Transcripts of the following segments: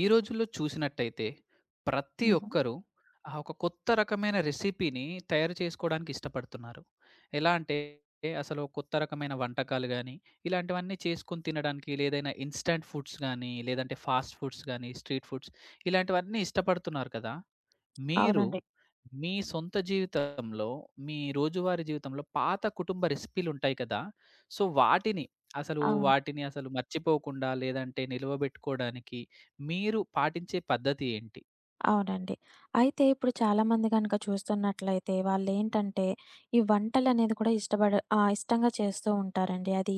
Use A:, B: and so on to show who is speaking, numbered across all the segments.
A: ఈ రోజుల్లో చూసినట్టయితే ప్రతి
B: హుహు.
A: ఒక్కరు ఒక కొత్త రకమైన రెసిపీని తయారు చేసుకోవడానికి ఇష్టపడుతున్నారు. ఎలా అంటే అసలు కొత్త రకమైన వంటకాలు గానీ, ఇలాంటివన్నీ చేసుకొని తినడానికి లేదైనా ఇన్‌స్టాంట్ ఫుడ్స్ గానీ, లేదంటే ఫాస్ట్ ఫుడ్స్ గానీ, స్ట్రీట్ ఫుడ్స్ ఇలాంటివన్నీ ఇష్టపడుతున్నారు కదా! మీరు
B: అవునండి.
A: మీ సొంత జీవితంలో, మీ రోజువారీ జీవితంలో పాత కుటుంబ రెసిపీలుంటాయి కదా! సో,
B: అవును.
A: వాటిని అసలు మర్చిపోకుండా లేదంటే నిలువబెట్టుకోడానికి మీరు పాటించే పద్ధతి ఏంటి?
B: అవునండి. అయితే ఇప్పుడు చాలామంది గనక చూస్తున్నట్లయితే వాళ్ళేంటంటే, ఈ వంటలనేది కూడా ఇష్టంగా చేస్తూ ఉంటారండి. అది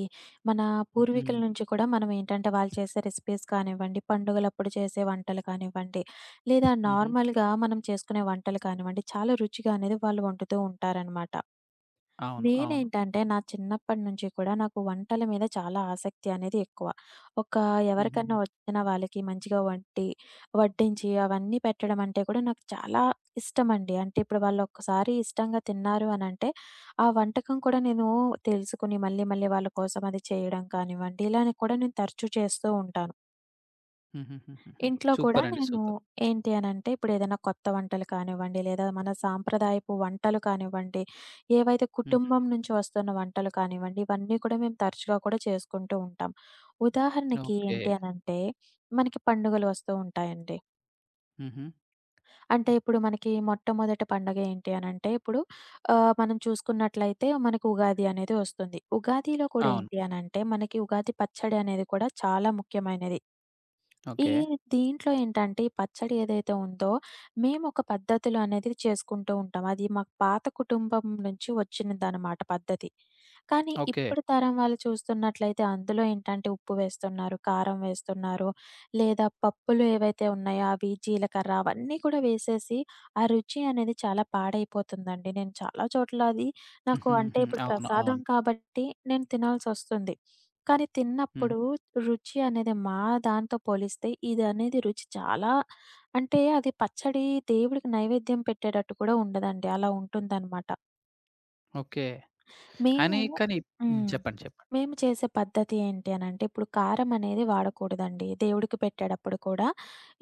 B: మన
A: హ్మ్.
B: పూర్వీకుల నుంచి కూడా మనం ఏంటంటే, వాళ్ళు చేసే రెసిపీస్ కానివ్వండి, పండుగలప్పుడు చేసే వంటలు కానివ్వండి, లేదా
A: హుహు.
B: నార్మల్‌గా మనం చేసుకునే వంటలు కానివ్వండి, చాలా రుచిగా అనేది వాళ్ళు వండుతూ ఉంటారనమాట.
A: అవును. అవును.
B: నేనేంటంటే నా చిన్నప్పటి నుంచి కూడా నాకు వంటల మీద చాలా ఆసక్తి అనేది ఎక్కువ. ఒక
A: హుహుహు.
B: ఎవరికన్నా వచ్చిన వాళ్ళకి మంచిగా వండి, వడ్డించి అవన్నీ పెట్టడం అంటే కూడా నాకు చాలా ఇష్టమండి. అంటే ఇప్పుడు వాళ్ళు ఒక్కసారి ఇష్టంగా తిన్నారు అనంటే, ఆ వంటకం కూడా నేను తెలుసుకొని మళ్ళీ మళ్ళీ వాళ్ళ కోసం అది చేయడం కానివ్వండి, ఇలానే కూడా నేను తరచూ చేస్తూ ఉంటాను.
A: హుహుహుహుహు.
B: ఇంట్లో కూడా
A: సూపర్ అండి.
B: నేను
A: సూపర్.
B: ఏంటి అనంటే, ఇప్పుడేదైనా కొత్త వంటలు కానివ్వండి, లేదా మన సాంప్రదాయపు వంటలు కానివ్వండి, ఏవైతే
A: హ్మ్.
B: కుటుంబం నుంచి వస్తున్న వంటలు కానివ్వండి, ఇవన్నీ కూడా మేము తరచుగా కూడా చేసుకుంటూ ఉంటాం. ఉదాహరణకి
A: ఓకే.
B: ఏంటి అనంటే, మనకి పండుగలు వస్తూ ఉంటాయండి.
A: హుహు.
B: అంటే ఇప్పుడు మనకి మొట్టమొదటి పండగ ఏంటి అనంటే, ఇప్పుడు మనం చూసుకున్నట్లయితే మనకు ఉగాది అనేది వస్తుంది. ఉగాదిలో కూడా
A: అవును.
B: ఏంటి అనంటే, మనకి ఉగాది పచ్చడి అనేది కూడా చాలా ముఖ్యమైనది. ఈ
A: ఓకే.
B: దీంట్లో ఏంటంటే, ఈ పచ్చడి ఏదైతే ఉందో, మేమొక పద్ధతిలో అనేది చేసుకుంటూ ఉంటాం. అది మాకు పాత కుటుంబం నుంచి వచ్చినదనమాట పద్ధతి. కానీ
A: ఓకే.
B: ఇప్పుడు తరం వాళ్ళు చూస్తున్నట్లయితే, అందులో ఏంటంటే ఉప్పు వేస్తున్నారు, కారం వేస్తున్నారు, లేదా పప్పులు ఏవైతే ఉన్నాయో అవి జీలకర్ర అవన్నీ కూడా వేసేసి, ఆ రుచి అనేది చాలా పాడైపోతుందండి. నేను చాలా చోట్ల అది నాకు అంటే
A: హుహుహు.
B: ఇప్పుడు
A: అవును.
B: ప్రసాదం
A: అవును.
B: కాబట్టి నేను తినాల్సొస్తుంది. కానీ
A: హ్మ్.
B: తిన్నప్పుడు రుచి అనేది మా దాంతో పోలిస్తే ఇదనేది రుచి చాలా అంటే అది పచ్చడి దేవుడికి నైవేద్యం పెట్టేటట్టు కూడా ఉండదండి. అలా ఉంటుందనమాట.
A: ఓకే.
B: మేము
A: అని కానీ హ్మ్.
B: హ్మ్.
A: చెప్పండి. చెప్పండి.
B: మేము చేసే పద్ధతి ఏంటి అనంటే, ఇప్పుడు కారం అనేది వాడకూడదండి. దేవుడికి పెట్టేటప్పుడు కూడా.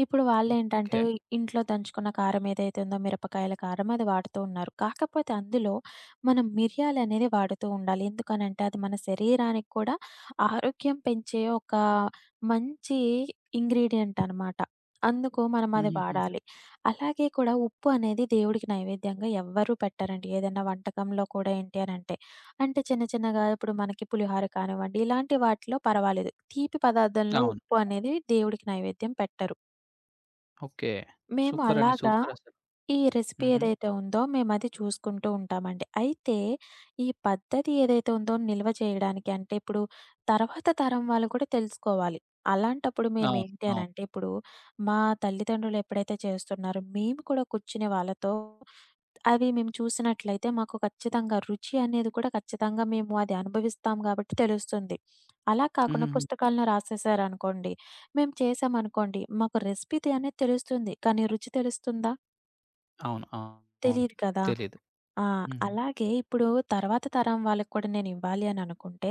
B: ఇప్పుడు వాళ్ళేంటంటే,
A: ఓకే.
B: ఇంట్లో దంచుకున్న కారం ఏదైతే ఉందో మిరపకాయల కారం అది వాడుతూ ఉన్నారు. కాకపోతే అందులో మనం మిరియాలనేది వాడుతూ ఉండాలి. ఎందుకనంటే, అది మన శరీరానికి కూడా ఆరోగ్యం పెంచే ఒక మంచి ఇంగ్రీడియంట్ అనమాట. అందుకు మనం అది
A: హుహుహు.
B: వాడాలి. అలాగే కూడా ఉప్పు అనేది దేవుడికి నైవేద్యంగా ఎవ్వరూ పెట్టరండి. ఏదైనా వంటకంలో కూడా ఏంటి అనంటే. అంటే చిన్న చిన్నగా ఇప్పుడు మనకి పులిహోర కానివ్వండి, ఇలాంటి వాటిలో పర్వాలేదు. తీపి పదార్థంలో
A: అవును.
B: ఉప్పు అనేది దేవుడికి నైవేద్యం పెట్టరు.
A: ఓకే.
B: మేము హ్మ్.
A: సూపరండి.
B: అలాగా
A: సూపరసలు.
B: ఈ రెసిపీ
A: హుహు.
B: ఏదైతే ఉందో మేమది చూసుకుంటూ ఉంటామండి. అయితే ఈ పద్ధతి ఏదైతే ఉందో నిల్వ చేయడానికి అంటే ఇప్పుడు తర్వాత తరం వాళ్ళు కూడా తెలుసుకోవాలి. అలాంటప్పుడు
A: అవును.
B: మేమేంటి
A: అవును.
B: అనంటే ఇప్పుడు మా తల్లిదండ్రులు ఎప్పుడైతే చేస్తున్నారో మేము కూడా కూర్చుని వాళ్ళతో అవి మేము చూసినట్లయితే మాకు ఖచ్చితంగా రుచి అనేది కూడా ఖచ్చితంగా మేము అది అనుభవిస్తాం కాబట్టి తెలుస్తుంది. అలా కాకుండా
A: హుహుహు.
B: పుస్తకాలను రాసేసారనుకోండి, మేము చేసామనుకోండి, మాకు రెసిపీ అనేది తెలుస్తుంది. కానీ రుచి తెలుస్తుందా?
A: అవును. అవును.
B: తెలీదు కదా!
A: తెలీదు.
B: ఆ!
A: హ్మ్.
B: అలాగే ఇప్పుడు తర్వాత తరం వాళ్ళకి కూడా నేనివ్వాలి అని అనుకుంటే,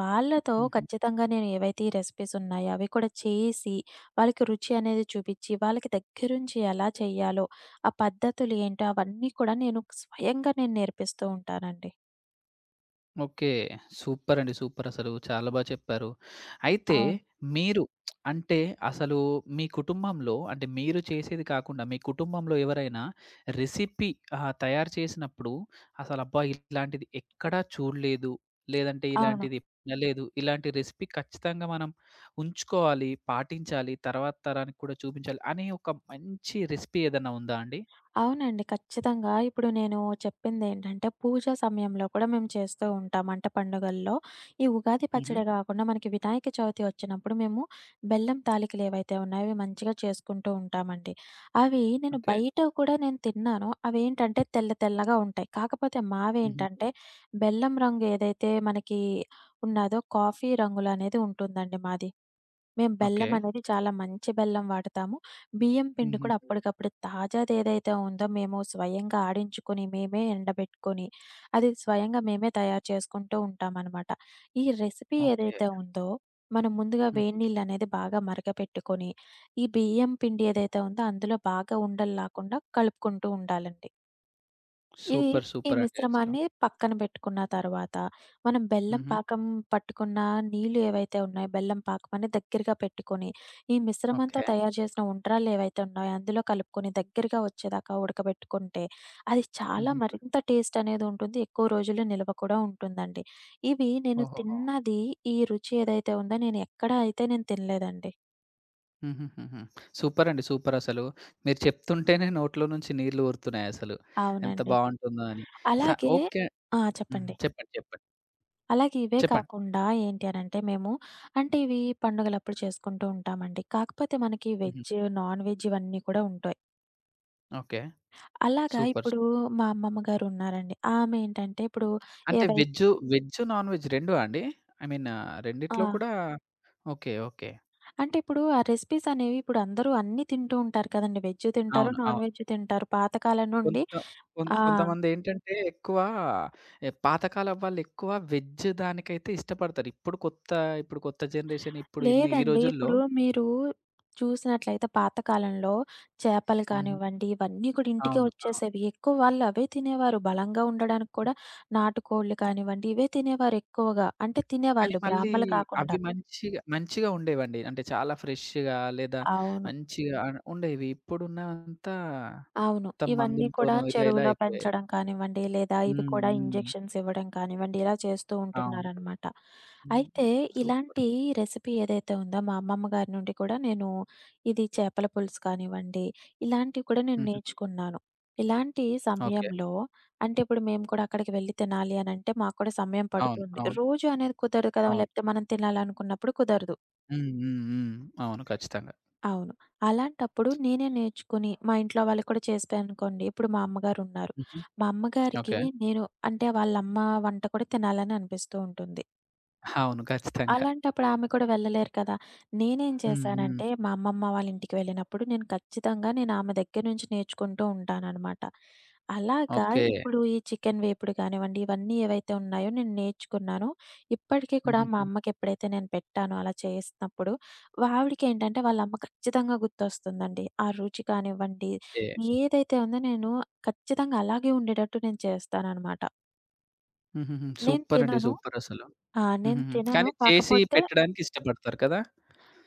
B: వాళ్ళతో
A: హుహు.
B: ఖచ్చితంగా నేను ఏవైతే ఈ రెసిపీస్ ఉన్నాయో అవి కూడా చేసి, వాళ్ళకి రుచి అనేది చూపిచ్చి, వాళ్ళకి దగ్గరుంచి ఎలా చేయాలో, ఆ పద్ధతులు ఏంటో అవన్నీ కూడా నేను స్వయంగా నేర్పిస్తూ ఉంటానండి.
A: ఓకే. సూపరండి. సూపరసలు. చాలా బా చెప్పారు. అయితే
B: అవును.
A: మీరు అంటే అసలు మీ కుటుంబంలో అంటే మీరు చేసేది కాకుండా మీ కుటుంబంలో ఎవరైనా రెసిపీ తయారు చేసినప్పుడు అసలబ్బా! ఇలాంటిది ఎక్కడా చూడలేదు. లేదంటే
B: అవును.
A: ఇలాంటిది వినలేదు. ఇలాంటి రెసిపీ ఖచ్చితంగా మనం ఉంచుకోవాలి, పాటించాలి, తర్వాత తరానికి కూడా చూపించాలి అనే ఒక మంచి రెసిపీ ఏదన్నా ఉందా అండి?
B: అవునండి. ఖచ్చితంగా. ఇప్పుడు నేను చెప్పిందేంటంటే, పూజ సమయంలో కూడా మేము చేస్తూ ఉంటాం. అంటే పండుగల్లో. ఈ ఉగాది
A: హుహు.
B: పచ్చడే గాకుండా మనకి వినాయక చవితి వచ్చినప్పుడు మేము బెల్లం తాలికలేవైతే ఉన్నాయో అవి మంచిగా చేసుకుంటూ ఉంటామండి. అవి నేను
A: ఓకే.
B: బయట కూడా నేను తిన్నాను. అవేంటంటే తెల్ల తెల్లగా ఉంటాయి. కాకపోతే
A: హుహుహు.
B: మావేంటంటే బెల్లం రంగు ఏదైతే మనకి ఉన్నాదో కాఫీ రంగులనేది ఉంటుందండి మాది. మేము
A: ఓకే.
B: బెల్లమనేది చాలా మంచి బెల్లం వాడతాము. బియ్యం పిండి కూడా
A: హుహుహు.
B: అప్పటికప్పుడు తాజాదేదైతే ఉందో మేము స్వయంగా ఆడించుకొని, మేమే ఎండబెట్టుకొని, అది స్వయంగా మేమే తయారు చేసుకుంటూ ఉంటామనమాట. ఈ రెసిపీ
A: ఓకే.
B: ఏదైతే ఉందో, మనం ముందుగా
A: హ్మ్.
B: వేడి నీళ్ళనేది బాగా మరగపెట్టుకొని, ఈ బియ్యం పిండి ఏదైతే ఉందో అందులో బాగా ఉండలు లాకుండా కలుపుకుంటూ ఉండాలండి. ఇది
A: సూపర్.
B: ఈ
A: సూపరండి అసలు.
B: మిశ్రమాన్ని పక్కన పెట్టుకున్న తర్వాత, మనం బెల్లం
A: హుహు.
B: పాకం పట్టుకున్న నీళ్ళు ఏవైతే ఉన్నాయో, బెల్లం పాకం అని దగ్గరగా పెట్టుకొని, ఈ మిశ్రమంతో
A: ఓకే.
B: తయారు చేసిన ఉండ్రాళ్ళు ఏవైతే ఉన్నాయో, అందులో కలుపుకొని దగ్గరగా వచ్చేదాకా ఉడకబెట్టుకుంటే, అది చాలా
A: హుహుహు.
B: మరింత టేస్ట్ అనేది ఉంటుంది. ఎక్కువ రోజులు నిల్వ కూడా ఉంటుందండి. ఇవి నేను
A: ఓహోహో!
B: తిన్నది ఈ రుచి ఏదైతే ఉందో, నేను ఎక్కడా అయితే తినలేదండి.
A: హుహుహుహు. సూపరండి. సూపరసలు. మీరు చెప్తుంటేనే నోట్లో నుంచి నీళ్లు ఊరుతున్నాయసలు. ఎంత
B: అవునండి.
A: బావుంటుందో అని. స
B: అలాగే
A: ఓకే.
B: ఆ!
A: హ్మ్.
B: చెప్పండి.
A: చెప్పండి. చెప్పండి.
B: అలాగే ఇవే
A: చెప్పండి.
B: కాకుండా ఏంటి అనంటే మేము అంటే ఇవి పండుగలప్పుడు చేసుకుంటూ ఉంటామండి. కాకపోతే మనకి
A: హుహు.
B: వెజ్, నాన్ వెజ్ ఇవన్నీ కూడా ఉంటాయి.
A: ఓకే.
B: అలాగా
A: సూపర్. సూప్
B: ఇప్పుడు మా అమ్మమ్మ గారున్నారండి. ఆమె ఏంటంటే ఇప్పుడు
A: అంటే
B: ఏవై
A: వెజ్జు, నాన్ వెజ్ రెండా అండి? ఐ మీన్
B: ఆ!
A: రెండిట్లో కూడా ఓకే. ఓకే.
B: అంటే ఇప్పుడు ఆ రెసిపీస్ అనేవి ఇప్పుడు అందరూ అన్నీ తింటూ ఉంటారు కదండీ. వెజ్ తింటారు,
A: అవును.
B: నాన్
A: అవును.
B: వెజ్ తింటారు. పాతకాలం నుండి
A: కొంత
B: ఆ!
A: కొంతమందేంటంటే ఎక్కువ పాతకాలం వాళ్ళెక్కువ వెజ్ దానికైతే ఇష్టపడతారు. ఇప్పుడు కొత్త ఇప్పుడు కొత్త జనరేషన్ ఇప్పుడు ఇన్ని ఈ
B: లేదండి.
A: రోజుల్లో
B: ఇప్పుడు మీరు చూసినట్లయితే పాత కాలంలో చేపలు
A: హ్మ్.
B: కానివ్వండి, ఇవన్నీ కూడా ఇంటికే
A: అవును. అవును.
B: వచ్చేసేవి. ఎక్కువ వాళ్ళు అవే తినేవారు. బలంగా ఉండడానికి కూడా నాటుకోళ్ళు కానివ్వండి, ఇవే తినేవారు ఎక్కువగా. అంటే
A: కానీ
B: తినేవాళ్ళు
A: మళ్ళీ
B: బ్రాహ్మలు
A: అవి
B: కాకుండా.
A: మంచిగా మంచిగా ఉండేవండి. అంటే చాలా ఫ్రెష్‌గా లేదా
B: అవును.
A: మంచిగా ఉండేవి. ఇప్పుడున్నంతా
B: అవును.
A: మొత్తం
B: ఇవన్నీ కూడా
A: మందులతోనో ఇలా ఇలా
B: చెరువులో
A: అయిపోయాయి.
B: పెంచడం కానివ్వండి, లేదా ఇవి
A: హ్మ్.
B: కూడా
A: హ్మ్.
B: ఇంజెక్షన్స్ ఇవ్వడం కానివ్వండి, ఇలా చేస్తూ
A: అవును.
B: ఉంటున్నారనమాట.
A: హ్మ్.
B: అయితే
A: సూపర్.
B: ఇలాంటి రెసిపీ ఏదైతే ఉందో మా అమ్మమ్మ గారి నుండి కూడా నేను ఇది చేపల పులుసు కానివ్వండి, ఇలాంటివి కూడా నేను
A: హుహు.
B: నేర్చుకున్నాను. ఇలాంటి
A: ఓకే.
B: సమయంలో అంటే ఇప్పుడు మేము కూడా అక్కడికి వెళ్లి తినాలి అనంటే మాకు కూడా సమయం
A: అవును.
B: పడుతుంది.
A: అవును.
B: రోజు అనేది కుదరదు కదా!
A: అవును.
B: లేకపోతే మనం తినాలనుకున్నప్పుడు కుదరదు.
A: హ్మ్. హ్మ్. హ్మ్. అవును. ఖచ్చితంగా.
B: అవును. అలాంటప్పుడు నేనే నేర్చుకొని, మా ఇంట్లో వాళ్ళకి కూడా చేశాననుకోండి. ఇప్పుడు మా అమ్మగారున్నారు.
A: హుహు.
B: మా అమ్మగారికి
A: ఓకే.
B: నేను అంటే వాళ్ళమ్మ వంట కూడా తినాలని అనిపిస్తూ ఉంటుంది.
A: అవును. ఖచ్చితంగా.
B: అలాంటప్పుడు ఆమె కూడా వెళ్ళలేరు కదా! నేనేం
A: హ్మ్. హ్మ్.
B: చేశానంటే, మా అమ్మమ్మ వాళ్ళ ఇంటికి వెళ్ళినప్పుడు నేను ఖచ్చితంగా ఆమె దగ్గర నుంచి నేర్చుకుంటూ ఉంటాననమాట. అలాగా
A: ఓకే.
B: ఇప్పుడు ఈ చికెన్ వేపుడు కానివ్వండి, ఇవన్నీ ఏవైతే ఉన్నాయో నేను నేర్చుకున్నాను. ఇప్పటికి కూడా మా
A: హుహుహు.
B: అమ్మకి ఎప్పుడైతే నేను పెట్టానో అలా చేసినప్పుడు, ఆవిడకేంటంటే వాళ్ళ అమ్మ ఖచ్చితంగా గుర్తొస్తుందండి. ఆ రుచి కానివ్వండి,
A: ఓకే.
B: ఏదైతే ఉందో నేను ఖచ్చితంగా అలాగే ఉండేటట్టు చేస్తాననమాట.
A: హుహుహు.
B: నేను
A: సూపరండి.
B: తినను.
A: సూపరసలు.
B: ఆ! నేను
A: హుహుహు.
B: తినను.
A: కానీ చేసి
B: కాకపోతే
A: పెట్టడానికి ఇష్టపడతారు కదా!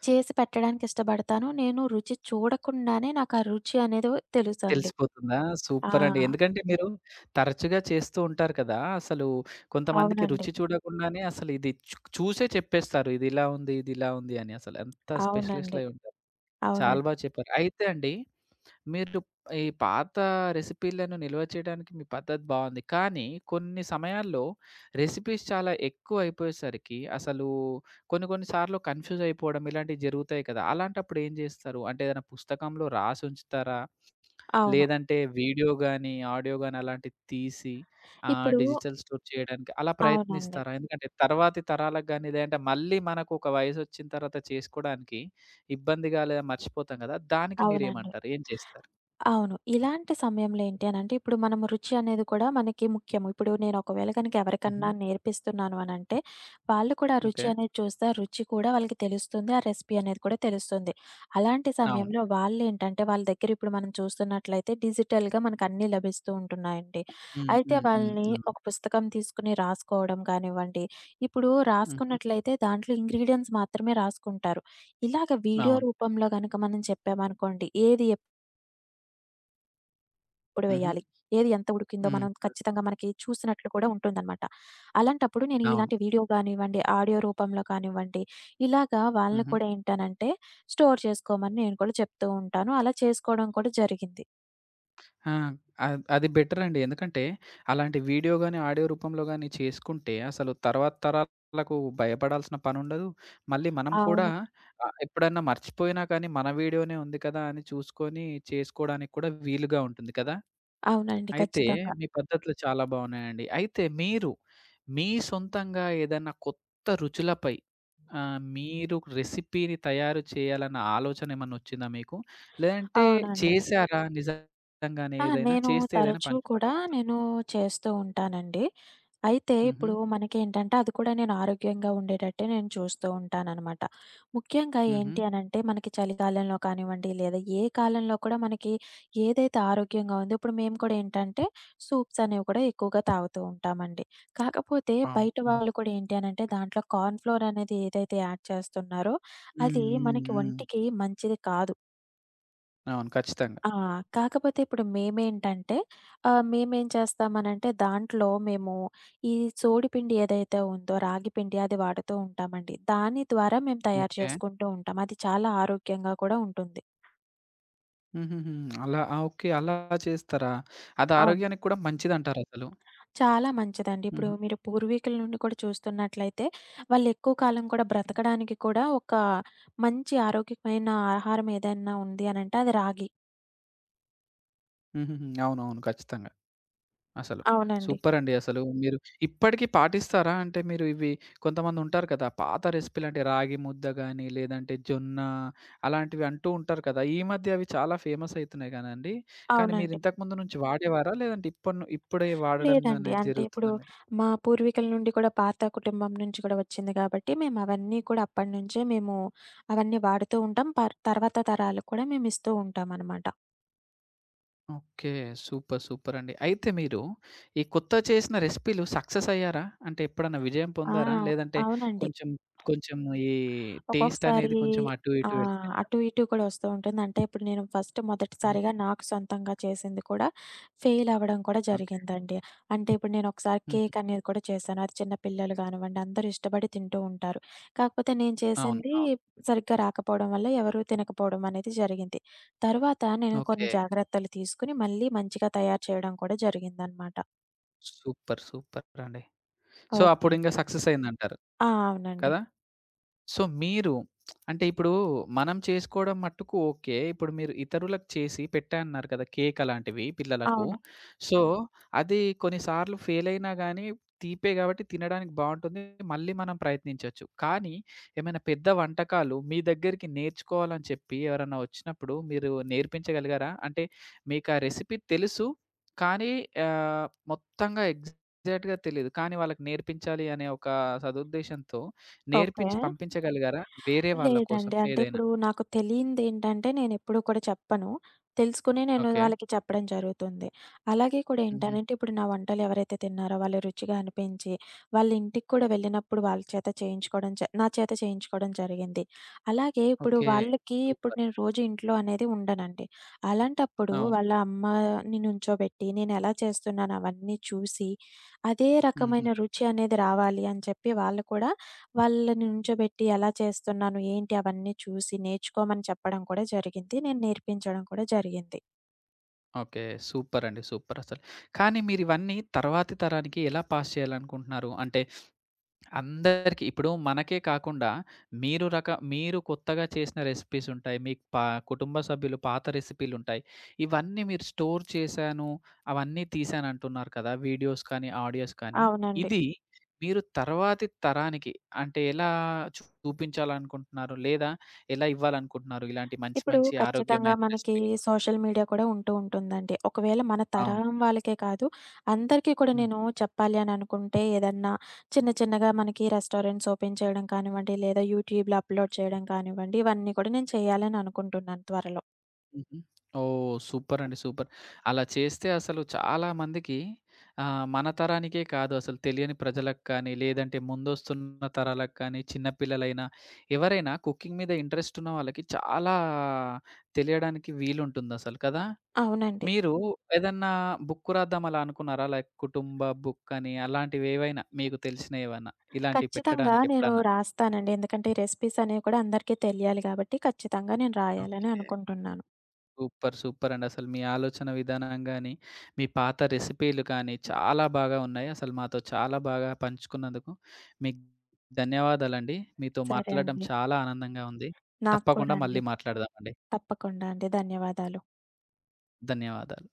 B: చేసి పెట్టడానికి ఇష్టపడతాను. నేను రుచి చూడకుండానే నాకు ఆ రుచి అనేది తెలుసండి.
A: తెలిసిపోతుందా?
B: ఆ!
A: సూపరండి. ఎందుకంటే మీరు తరచుగా చేస్తూ ఉంటారు కదా! అసలు కొంతమందికి
B: అవునండి.
A: రుచి చూడకుండానే అసలు ఇది చూసే చెప్పేస్తారు. ఇది ఇలా ఉంది, ఇది ఇలా ఉంది అని అసలు. అంత
B: అవునండి.
A: స్పెషలిస్ట్‌లయి ఉంటారు. చాలా
B: అవునండి.
A: బాగా చెప్పారు. అయితే అండి మీరు ఈ పాత రెసిపీలను నిల్వ చేయడానికి మీ పద్ధతి బాగుంది. కానీ కొన్ని సమయాల్లో రెసిపీస్ చాలా ఎక్కువైపోయేసరికి అసలు కొన్ని కొన్ని సార్లు కన్‌ఫ్యూజ్ అయిపోవడం ఇలాంటివి జరుగుతాయి కదా! అలాంటప్పుడు ఏం జేస్తారు? అంటే ఏదైనా పుస్తకంలో రాసుంచుతారా?
B: అవును.
A: లేదంటే వీడియో గాని, ఆడియో గాని అలాంటివి తీసి
B: ఇప్పుడు
A: డిజిటల్ స్టోర్ చేయడానికి అలా
B: అవునండి.
A: ప్రయత్నిస్తారా? ఎందుకంటే తర్వాతి తరాలకు గాని లేదంటే మళ్ళీ మనకు ఒక వయసొచ్చిన తర్వాత చేసుకోవడానికి ఇబ్బందిగా లేదా మర్చిపోతాం గదా! దానికి
B: అవునండి.
A: మీరేమంటారు? ఏం చేస్తారు?
B: అవును. ఇలాంటి సమయంలో ఏంటి అనంటే, ఇప్పుడు మనము రుచి అనేది కూడా మనకి ముఖ్యం. ఇప్పుడు నేను ఒకవేళ గనక
A: హుహు.
B: ఎవరికన్నా నేర్పిస్తున్నాను అనంటే, వాళ్ళు కూడా ఆ రుచి
A: ఓకే.
B: అనేది చూస్తే, ఆ రుచి కూడా వాళ్ళకి తెలుస్తుంది. ఆ రెసిపీ అనేది కూడా తెలుస్తుంది. అలాంటి
A: అవును.
B: సమయంలో వాళ్ళేంటంటే, వాళ్ళ దగ్గర ఇప్పుడు మనం చూస్తున్నట్లయితే డిజిటల్‌గా మనకన్నీ లభిస్తూ ఉంటున్నాయండి.
A: హ్మ్.
B: అయితే
A: హ్మ్. హ్మ్.
B: వాళ్ళని
A: అవును.
B: ఒక పుస్తకం తీసుకొని రాసుకోవడం కానివ్వండి, ఇప్పుడు
A: హుహు.
B: రాసుకున్నట్లయితే దాంట్లో ఇంగ్రీడియెంట్స్ మాత్రమే రాసుకుంటారు. ఇలాగ వీడియో
A: అవును.
B: రూపంలో గనక మనం చెప్పామనుకోండి, ఏది ఇప్పుడు
A: హుహు.
B: వేయాలి. ఏది ఎంత ఉడికిందో
A: హ్మ్.
B: మనం
A: హ్మ్.
B: ఖచ్చితంగా మనకి చూసినట్లు కూడా ఉంటుందనమాట. అలాంటప్పుడు నేను
A: అవును.
B: ఇలాంటి వీడియో గానివ్వండి, ఆడియో రూపంలో కానివ్వండి, ఇలాగా వాళ్ళని
A: హుహు.
B: కూడా ఏంటనంటే స్టోర్ చేసుకోమని నేను కూడా చెప్తూ ఉంటాను. అలా చేసుకోవడం కూడా జరిగింది.
A: ఆ! అది బెటరండి. ఎందుకంటే అలాంటి వీడియో గాని, ఆడియో రూపంలో గాని చేసుకుంటే అసలు తర్వాత తరాలకు భయపడాల్సిన పనుండదు. మళ్ళీ మనం కూడా
B: అవును.
A: ఎప్పుడన్నా మర్చిపోయినా కానీ మన వీడియోనే ఉంది కదా! అని చూసుకొని చేసుకోవడానికి కూడా వీలుగా ఉంటుంది కదా!
B: అవునండి.
A: అయితే
B: ఖచ్చితంగా.
A: మీ పద్ధతులు చాలా బాగున్నాయండి. అయితే మీరు మీ సొంతంగా ఏదైనా కొత్త రుచులపై మీరు రెసిపీని తయారు చేయాలన్న ఆలోచన ఏమన్నా వచ్చిందా మీకు? లేదంటే
B: అవునండి.
A: చేసారా నిజంగానే
B: ఆ!
A: ఏదైనా?
B: నేను
A: చేస్తే ఏదైనా
B: తరచూ
A: పంచుకోండి
B: కూడా
A: మాతో.
B: నేను చేస్తూ ఉంటానండి. అయితే
A: హుహు.
B: ఇప్పుడు మనకేంటంటే, అది కూడా నేను ఆరోగ్యంగా ఉండేటట్టే చూస్తూ ఉంటాననమాట. ముఖ్యంగా
A: హుహు.
B: ఏంటి అనంటే, మనకి చలికాలంలో కానివ్వండి, లేదా ఏ కాలంలో కూడా మనకి ఏదైతే ఆరోగ్యంగా ఉందో ఇప్పుడు మేము కూడా ఏంటంటే, సూప్స్ అనేవి కూడా ఎక్కువగా తాగుతూ ఉంటామండి. కాకపోతే
A: అవును.
B: బయట
A: అవును.
B: వాళ్ళు కూడా ఏంటి అనంటే, దాంట్లో కార్న్ ఫ్లోర్ అనేది ఏదైతే యాడ్ చేస్తున్నారో,
A: హ్మ్.
B: అది
A: హ్మ్.
B: మనకి
A: హ్మ్.
B: ఒంటికి మంచిది కాదు.
A: అవును. ఖచ్చితంగా.
B: ఆ! కాకపోతే ఇప్పుడు మేమేం చేస్తామనంటే దాంట్లో మేము ఈ సోడిపిండి ఏదైతే ఉందో రాగిపిండి అది వాడుతూ ఉంటామండి. దాని ద్వారా మేము తయారు
A: ఓకే.
B: చేసుకుంటూ ఉంటాం. అది చాలా ఆరోగ్యంగా కూడా ఉంటుంది.
A: హుహుహు. అలా ఆ! ఓకే. అలా చేస్తారా? అది
B: అవును.
A: ఆరోగ్యానికి కూడా మంచిదంటారసలు.
B: చాలా మంచిదండి. ఇప్పుడు
A: హుహు.
B: మీరు పూర్వీకుల నుండి కూడా చూస్తున్నట్లయితే వాళ్ళు ఎక్కువ కాలం కూడా బ్రతకడానికి కూడా ఒక మంచి ఆరోగ్యమైన ఆహారం ఏదైనా ఉంది అనంటే అది రాగి.
A: హుహుహు. అవునవును. ఖచ్చితంగా. అసలు.
B: అవునండి.
A: సూపరండి అసలు. మీరు ఇప్పటికి పాటిస్తారా? అంటే మీరు ఇవి కొంతమందుంటారు కదా! పాత రెసిపీలంటే రాగి ముద్ద గాని, లేదంటే జొన్న అలాంటివి అంటూ ఉంటారు కదా! ఈ మధ్య అవి చాలా ఫేమస్ అయితున్నాయి గానండి. కానీ
B: అవునండి.
A: మీరింతకు ముందు నుంచి వాడేవారా? లేదంటే ఇప్పుడే వాడడం
B: లేదండి.
A: అనేది
B: అంటే ఇప్పుడు
A: జరుగుతుందా మీరు?
B: మా పూర్వీకుల నుండి కూడా పాత కుటుంబం నుంచి కూడా వచ్చింది కాబట్టి మేము అవన్నీ కూడా అప్పటినుంచే అవన్నీ వాడుతూ ఉంటాం. తర్వాత తరాలకు కూడా మేమిస్తూ ఉంటామనమాట.
A: ఓకే. సూపర్. సూపరండి. అయితే మీరు ఈ కొత్త చేసిన రెసిపీలు సక్సెస్ అయ్యారా? అంటే ఎప్పుడన్నా విజయం
B: ఆ!
A: పొందారా? లేదంటే
B: అవునండి.
A: కొంచెం కొంచెం ఈ టేస్ట్ అనేది
B: ఒక్కొక్కసారి
A: కొంచెం అటు ఇటు వెళ్ళిపోయిందా?
B: అటు ఇటు కూడా వస్తూ ఉంటుంది. అంటే ఇప్పుడు నేను
A: హ్మ్.
B: మొదటిసారిగా నాకు సొంతంగా చేసింది కూడా ఫెయిల్ అవ్వడం కూడా
A: ఓకే.
B: జరిగిందండి. అంటే ఇప్పుడు నేను ఒకసారి
A: హ్మ్.
B: కేక్ అనేది కూడా చేశాను. అది చిన్న పిల్లలు కానివ్వండి అందరూ ఇష్టపడి తింటూ ఉంటారు. కాకపోతే నేను
A: అవును.
B: చేసింది
A: అవును.
B: సరిగ్గా రాకపోవడం వల్ల ఎవరు తినకపోవడం అనేది జరిగింది. తరువాత నేను
A: ఓకే.
B: కొన్ని జాగ్రత్తలు తీసుకొని మళ్ళీ మంచిగా తయారు చేయడం కూడా జరిగిందనమాట.
A: సూపర్. సూపర్ అండి. సో,
B: ఓకే
A: అప్పుడింక
B: అండి.
A: సక్సెస్ అయిందంటారు.
B: ఆ! అవునండి.
A: కదా? సో, మీరు అంటే ఇప్పుడు మనం చేసుకోవడం మట్టుకు ఓకే. ఇప్పుడు మీరు ఇతరులకు చేసి పెట్టా అన్నారు కదా! కేక్ అలాంటివి పిల్లలకు.
B: అవును.
A: సో, అవును. అది కొన్నిసార్లు ఫెయిల్ అయినా గానీ తీపే గాబట్టి తినడానికి బావుంటుంది. మళ్ళీ మనం ప్రయత్నించొచ్చు. కానీ ఏమైనా పెద్ద వంటకాలు మీ దగ్గరికి నేర్చుకోవాలని చెప్పి ఎవరన్నా వచ్చినప్పుడు మీరు నేర్పించగలిగారా? అంటే మీకా రెసిపీ తెలుసు. కానీ ఆహ్, మొత్తంగా ఎగ్జాక్ట్‌గా తెలీదు. కానీ వాళ్ళకి నేర్పించాలి అనే ఒక సదుద్దేశంతో
B: ఓకే.
A: నేర్పించి పంపించగలిగారా? వేరే వాళ్ళ కోసం
B: లేదండి. అంటే
A: ఏదైనా?
B: ఇప్పుడు నాకు తెలియందేంటంటే నేనెప్పుడూ కూడా చెప్పను. తెలుసుకొని నేను
A: ఓకే.
B: వాళ్ళకి చెప్పడం జరుగుతుంది. అలాగే కూడా
A: హుహు.
B: ఏంటనంటే ఇప్పుడు నా వంటలు ఎవరైతే తిన్నారో వాళ్ళు రుచిగా అనిపించి, వాళ్ళ ఇంటికి కూడా వెళ్ళినప్పుడు వాళ్ళ చేత చేయించుకోవడం చే నా చేత చేయించుకోవడం జరిగింది. అలాగే ఇప్పుడు
A: ఓకే.
B: వాళ్ళకి ఇప్పుడు
A: సూపర్.
B: నేను రోజు ఇంట్లో అనేది ఉండనండి. అలాంటప్పుడు
A: అవును.
B: వాళ్ళ అమ్మని నుంచోబెట్టి నేనెలా చేస్తున్నానో అవన్నీ చూసి, అదే
A: హుహు.
B: రకమైన రుచి అనేది రావాలి అని చెప్పి వాళ్ళు కూడా వాళ్ళని నుంచోబెట్టి ఎలా చేస్తున్నాను, ఏంటి అవన్నీ చూసి నేర్చుకోమని చెప్పడం కూడా జరిగింది. నేను నేర్పించడం కూడా జరిగింది.
A: ఓకే. సూపరండి. సూపరసలు. కానీ మీరివన్నీ తర్వాతి తరానికి ఎలా పాస్ చేయాలనుకుంటున్నారు? అంటే అందరికి ఇప్పుడు మనకే కాకుండా మీరు కొత్తగా చేసిన రెసిపీస్ ఉంటాయి. మీ పా కుటుంబ సభ్యులు పాత రెసిపీలు ఉంటాయి. ఇవన్నీ మీరు స్టోర్ చేశాను, అవన్నీ తీశానంటున్నారు కదా! వీడియోస్ కానీ, ఆడియోస్ కానీ.
B: అవునండి.
A: ఇది మీరు తర్వాతి తరానికి అంటే ఎలా చూపించాలనుకుంటున్నారు? లేదా ఎలా ఇవ్వాలనుకుంటున్నారు? ఇలాంటి మంచి
B: ఇప్పుడు
A: మంచి
B: ఖచ్చితంగా
A: ఆరోగ్యమైన
B: మనకి
A: రెసిపీలు?
B: సోషల్ మీడియా కూడా ఉంటూ ఉంటుందండి. ఒకవేళ మన
A: అవును.
B: తరం వాళ్ళకే కాదు, అందరికీ కూడా
A: హ్మ్.
B: నేను చెప్పాలి అని అనుకుంటే ఏదన్నా చిన్న చిన్నగా మనకి రెస్టారెంట్స్ ఓపెన్ చేయడం కానివ్వండి, లేదా యూట్యూబ్‌లో అప్‌లోడ్ చేయడం కానివ్వండి, ఇవన్నీ కూడా నేను చేయాలని అనుకుంటున్నాను త్వరలో.
A: హుహు. ఓహ్! సూపర్ అండి. సూపర్. అలా చేస్తే అసలు చాలా మందికి మన తరానికే కాదు అసలు తెలియని ప్రజలకు కానీ, లేదంటే ముందొస్తున్న తరాలకు కానీ, చిన్న పిల్లలైనా ఎవరైనా కుకింగ్ మీద ఇంట్రెస్ట్ ఉన్న వాళ్ళకి చాలా తెలియడానికి వీలుంటుందసలు కదా!
B: అవునండి.
A: మీరు ఏదన్నా బుక్ రాద్దాం అలా అనుకున్నారా? లైక్ కుటుంబ బుక్ అని అలాంటివేవైనా మీకు తెలిసినయేవన్నా ఇలాంటివి
B: ఖచ్చితంగా
A: పెట్టడానికి
B: నేను
A: ఎప్పుడన్నా?
B: రాస్తానండి. ఎందుకంటే, రెసిపీస్ అనేవి కూడా అందరికీ తెలియాలి గాబట్టి, ఖచ్చితంగా నేను రాయాలని
A: ఓకే.
B: అనుకుంటున్నాను.
A: సూపర్! సూపర్ అండి. అసలు మీ ఆలోచన విధానం గాని, మీ పాత రెసిపీలు కానీ చాలా బాగా ఉన్నాయి. అసలు మాతో చాలా బాగా పంచుకున్నందుకు మీకు ధన్యవాదాలండి. మీతో
B: సరే
A: మాట్లాడడం
B: అండి.
A: చాలా ఆనందంగా ఉంది.
B: నాకు
A: తప్పకుండా
B: కూడా
A: మళ్ళీ
B: అండి.
A: మాట్లాడదామండి.
B: తప్పకుండా అండి. ధన్యవాదాలు.
A: ధన్యవాదాలు.